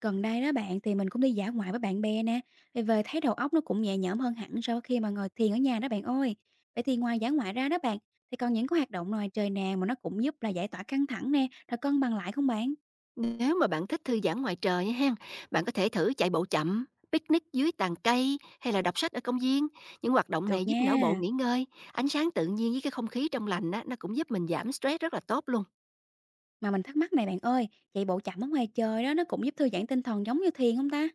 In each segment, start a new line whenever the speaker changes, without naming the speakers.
Gần đây đó bạn thì mình cũng đi dã ngoại với bạn bè nè, thì về thấy đầu óc nó cũng nhẹ nhõm hơn hẳn so với khi mà ngồi thiền ở nhà đó bạn ơi. Vậy thì ngoài dã ngoại ra đó bạn, thì còn những cái hoạt động ngoài trời nào mà nó cũng giúp là giải tỏa căng thẳng nè, rồi cân bằng lại không bạn?
Nếu mà bạn thích thư giãn ngoài trời á hen, bạn có thể thử chạy bộ chậm, picnic dưới tàn cây hay là đọc sách ở công viên. Những hoạt động này
Được
giúp não bộ
nha.
nghỉ ngơi, ánh sáng tự nhiên với cái không khí trong lành á, nó cũng giúp mình giảm stress rất là tốt luôn.
Mà mình thắc mắc này bạn ơi, chạy bộ chậm ở ngoài trời đó nó cũng giúp thư giãn tinh thần giống như thiền không ta?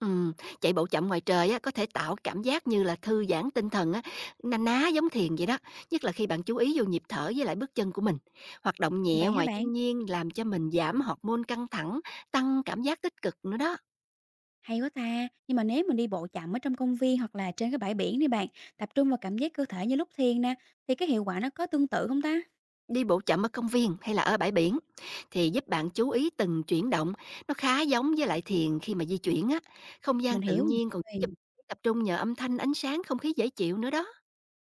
Ừm, Chạy bộ chậm ngoài trời á, có thể tạo cảm giác như là thư giãn tinh thần á, na ná giống thiền vậy đó, nhất là khi bạn chú ý vô nhịp thở với lại bước chân của mình. Hoạt động nhẹ
Vậy hả
ngoài
bạn?
thiên nhiên làm cho mình giảm hormone căng thẳng, tăng cảm giác tích cực nữa đó.
Hay quá ta. Nhưng mà nếu mình đi bộ chậm ở trong công viên hoặc là trên cái bãi biển đi bạn, tập trung vào cảm giác cơ thể như lúc thiền nè, thì cái hiệu quả nó có tương tự không ta?
Đi bộ chậm ở công viên hay là ở bãi biển thì giúp bạn chú ý từng chuyển động, nó khá giống với lại thiền khi mà di chuyển á. Không gian
Mình
tự
hiểu
nhiên còn giúp cho
rồi.
bạn tập trung nhờ âm thanh, ánh sáng, không khí dễ chịu nữa đó.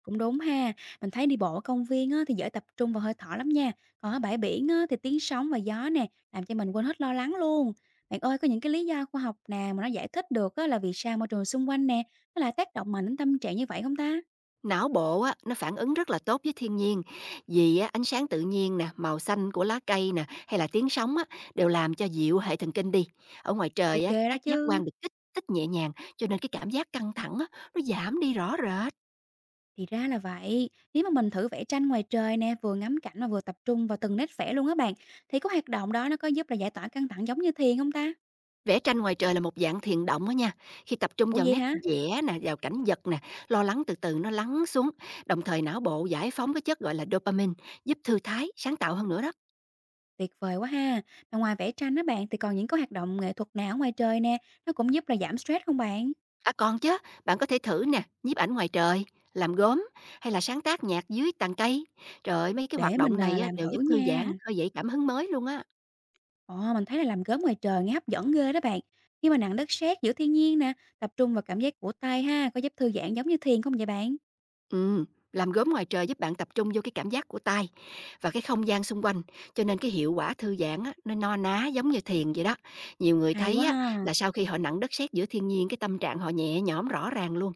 Cũng đúng ha, mình thấy đi bộ ở công viên á, thì dễ tập trung vào hơi thở lắm nha. Còn ở bãi biển á, thì tiếng sóng và gió nè, làm cho mình quên hết lo lắng luôn. Bạn ơi, có những cái lý do khoa học nào mà nó giải thích được á, là vì sao môi trường xung quanh nè, nó lại tác động mạnh đến tâm trạng như vậy không ta?
Não bộ á nó phản ứng rất là tốt với thiên nhiên, vì á, ánh sáng tự nhiên nè, màu xanh của lá cây nè hay là tiếng sóng á đều làm cho dịu hệ thần kinh đi. Ở ngoài trời
Ok
á
đó
các giác
chứ.
quan được kích thích nhẹ nhàng cho nên cái cảm giác căng thẳng á nó giảm đi rõ rệt.
Thì ra là vậy, nếu mà mình thử vẽ tranh ngoài trời nè, vừa ngắm cảnh mà vừa tập trung vào từng nét vẽ luôn á bạn, thì có hoạt động đó nó có giúp là giải tỏa căng thẳng giống như thiền không ta?
Vẽ tranh ngoài trời là một dạng thiền động á nha, khi tập trung
Ủa
vào
vậy
nét
hả?
vẽ nè, vào cảnh vật nè, lo lắng từ từ nó lắng xuống, đồng thời não bộ giải phóng cái chất gọi là dopamine, giúp thư thái, sáng tạo hơn nữa đó.
Tuyệt vời quá ha! Mà ngoài vẽ tranh đó bạn, thì còn những cái hoạt động nghệ thuật nào ở ngoài trời nè, nó cũng giúp là giảm stress không bạn?
À còn chứ, bạn có thể thử nè, nhiếp ảnh ngoài trời, làm gốm hay là sáng tác nhạc dưới tàn cây. Trời ơi, mấy cái hoạt
Để mình,
động này á,
làm
đều giúp
thử
thư giãn,
nha.
khơi dậy cảm hứng mới luôn á.
Ờ, mình thấy là làm gốm ngoài trời nghe hấp dẫn ghê đó bạn. Khi mà nặng đất sét giữa thiên nhiên nè, tập trung vào cảm giác của tay ha, có giúp thư giãn giống như thiền không vậy bạn?
Ừm, làm gốm ngoài trời giúp bạn tập trung vô cái cảm giác của tay và cái không gian xung quanh, cho nên cái hiệu quả thư giãn á, nó no ná giống như thiền vậy đó. Nhiều người
Hay
thấy
quá
á, là
ha!
sau khi họ nặng đất sét giữa thiên nhiên, cái tâm trạng họ nhẹ nhõm rõ ràng luôn.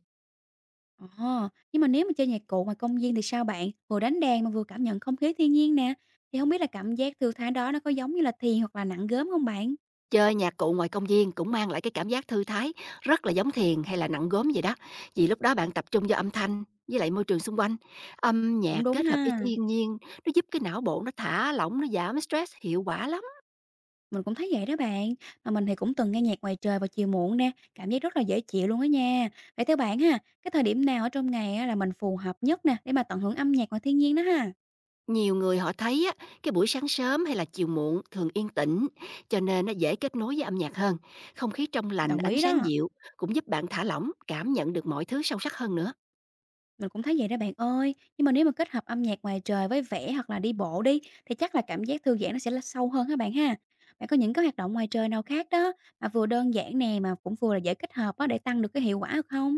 Ờ, nhưng mà nếu mà chơi nhạc cụ ngoài công viên thì sao bạn? Vừa đánh đàn mà vừa cảm nhận không khí thiên nhiên nè, thì không biết là cảm giác thư thái đó nó có giống như là thiền hoặc là nặng gốm không bạn?
Chơi nhạc cụ ngoài công viên cũng mang lại cái cảm giác thư thái rất là giống thiền hay là nặng gốm vậy đó. Vì lúc đó bạn tập trung vào âm thanh với lại môi trường xung quanh. Âm
Cũng
nhạc
đúng
kết hợp với
ha.
thiên nhiên, nó giúp cái não bộ nó thả lỏng, nó giảm stress hiệu quả lắm.
Mình cũng thấy vậy đó bạn, mà mình thì cũng từng nghe nhạc ngoài trời vào chiều muộn nè, cảm giác rất là dễ chịu luôn á nha. Vậy theo bạn ha, cái thời điểm nào ở trong ngày á là mình phù hợp nhất nè để mà tận hưởng âm nhạc ngoài thiên nhiên đó ha?
Nhiều người họ thấy á, cái buổi sáng sớm hay là chiều muộn thường yên tĩnh, cho nên nó dễ kết nối với âm nhạc hơn. Không khí trong lành,
Đồng
ánh
ý
sáng
đó,
dịu cũng giúp bạn thả lỏng, cảm nhận được mọi thứ sâu sắc hơn nữa.
mình cũng thấy vậy đó bạn ơi. Nhưng mà nếu mà kết hợp âm nhạc ngoài trời với vẽ hoặc là đi bộ đi thì chắc là cảm giác thư giãn nó sẽ là sâu hơn các bạn ha. Bạn có những cái hoạt động ngoài trời nào khác đó mà vừa đơn giản nè mà cũng vừa là dễ kết hợp á để tăng được cái hiệu quả được không?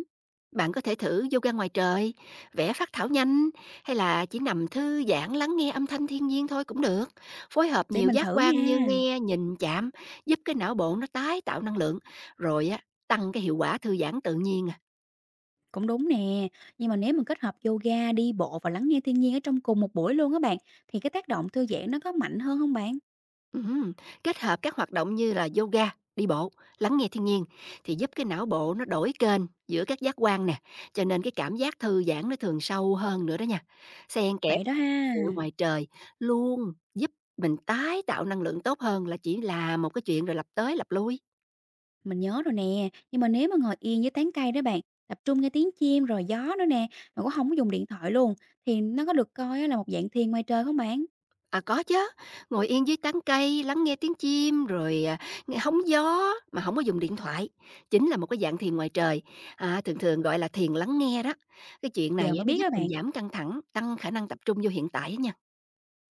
Bạn có thể thử yoga ngoài trời, vẽ phác thảo nhanh hay là chỉ nằm thư giãn lắng nghe âm thanh thiên nhiên thôi cũng được. Phối hợp
Để
nhiều
mình
giác
thử
quan như
nha.
nghe, nhìn, chạm giúp cái não bộ nó tái tạo năng lượng, rồi á tăng cái hiệu quả thư giãn tự nhiên.
Cũng đúng nè, nhưng mà nếu mình kết hợp yoga, đi bộ và lắng nghe thiên nhiên ở trong cùng một buổi luôn á bạn, thì cái tác động thư giãn nó có mạnh hơn không bạn?
Ừm, Kết hợp các hoạt động như là yoga, đi bộ, lắng nghe thiên nhiên thì giúp cái não bộ nó đổi kênh giữa các giác quan nè, cho nên cái cảm giác thư giãn nó thường sâu hơn nữa đó nha. Xen kẽ
Vậy đó ha,
ở ngoài trời luôn giúp mình tái tạo năng lượng tốt hơn là chỉ là một cái chuyện rồi lặp tới lặp lui.
mình nhớ rồi nè, nhưng mà nếu mà ngồi yên dưới tán cây đó bạn, tập trung nghe tiếng chim rồi gió nữa nè, mà cũng không có dùng điện thoại luôn, thì nó có được coi á là một dạng thiền ngoài trời không bạn?
À, có chứ, ngồi yên dưới tán cây, lắng nghe tiếng chim, rồi, nghe hóng gió mà không có dùng điện thoại, chính là một cái dạng thiền ngoài trời, thường thường gọi là thiền lắng nghe đó. Cái chuyện này
Giờ
á,
mới
nó
biết
giúp
đó
mình
bạn,
giảm căng thẳng, tăng khả năng tập trung vô hiện tại á nha.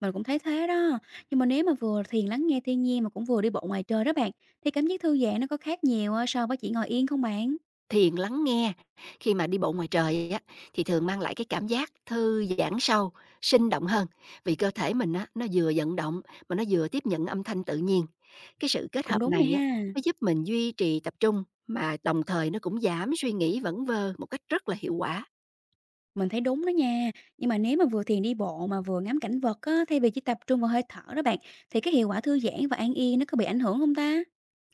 mình cũng thấy thế đó, nhưng mà nếu mà vừa thiền lắng nghe thiên nhiên mà cũng vừa đi bộ ngoài trời đó bạn, thì cảm giác thư giãn nó có khác nhiều so với chỉ ngồi yên không bạn?
Thiền lắng nghe, khi mà đi bộ ngoài trời á, thì thường mang lại cái cảm giác thư giãn sâu, sinh động hơn, vì cơ thể mình á, nó vừa vận động mà nó vừa tiếp nhận âm thanh tự nhiên. Cái sự kết
Cũng
hợp
đúng nè
này á,
ha.
nó giúp mình duy trì tập trung mà đồng thời nó cũng giảm suy nghĩ vẩn vơ một cách rất là hiệu quả.
Mình thấy đúng đó nha, nhưng mà nếu mà vừa thiền đi bộ mà vừa ngắm cảnh vật á, thay vì chỉ tập trung vào hơi thở đó bạn, thì cái hiệu quả thư giãn và an yên nó có bị ảnh hưởng không ta?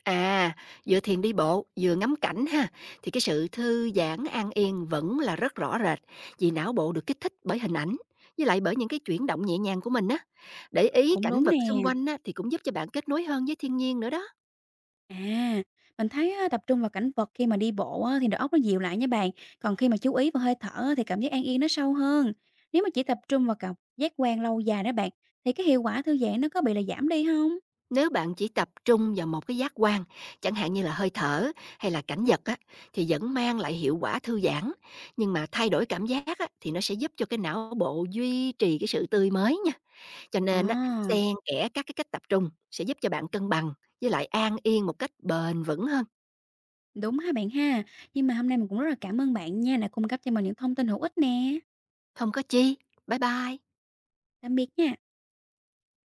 À, vừa thiền đi bộ, vừa ngắm cảnh ha, thì cái sự thư giãn an yên vẫn là rất rõ rệt, vì não bộ được kích thích bởi hình ảnh, với lại bởi những cái chuyển động nhẹ nhàng của mình á. Để ý
Cũng
cảnh
đúng
vật xung
nè.
quanh á, thì cũng giúp cho bạn kết nối hơn với thiên nhiên nữa đó.
À, mình thấy á, tập trung vào cảnh vật khi mà đi bộ á, thì đầu óc nó dịu lại nha bạn, còn khi mà chú ý vào hơi thở á, thì cảm giác an yên nó sâu hơn. Nếu mà chỉ tập trung vào cảm giác quan lâu dài đó bạn, thì cái hiệu quả thư giãn nó có bị là giảm đi không?
Nếu bạn chỉ tập trung vào một cái giác quan, chẳng hạn như là hơi thở hay là cảnh vật á, thì vẫn mang lại hiệu quả thư giãn. Nhưng mà thay đổi cảm giác á, thì nó sẽ giúp cho cái não bộ duy trì cái sự tươi mới nha. Cho nên á,
À,
xen kẽ các cái cách tập trung sẽ giúp cho bạn cân bằng với lại an yên một cách bền vững hơn.
đúng ha bạn ha. Nhưng mà hôm nay mình cũng rất là cảm ơn bạn nha, đã cung cấp cho mình những thông tin hữu ích nè.
Không có chi. Bye bye.
Tạm biệt nha.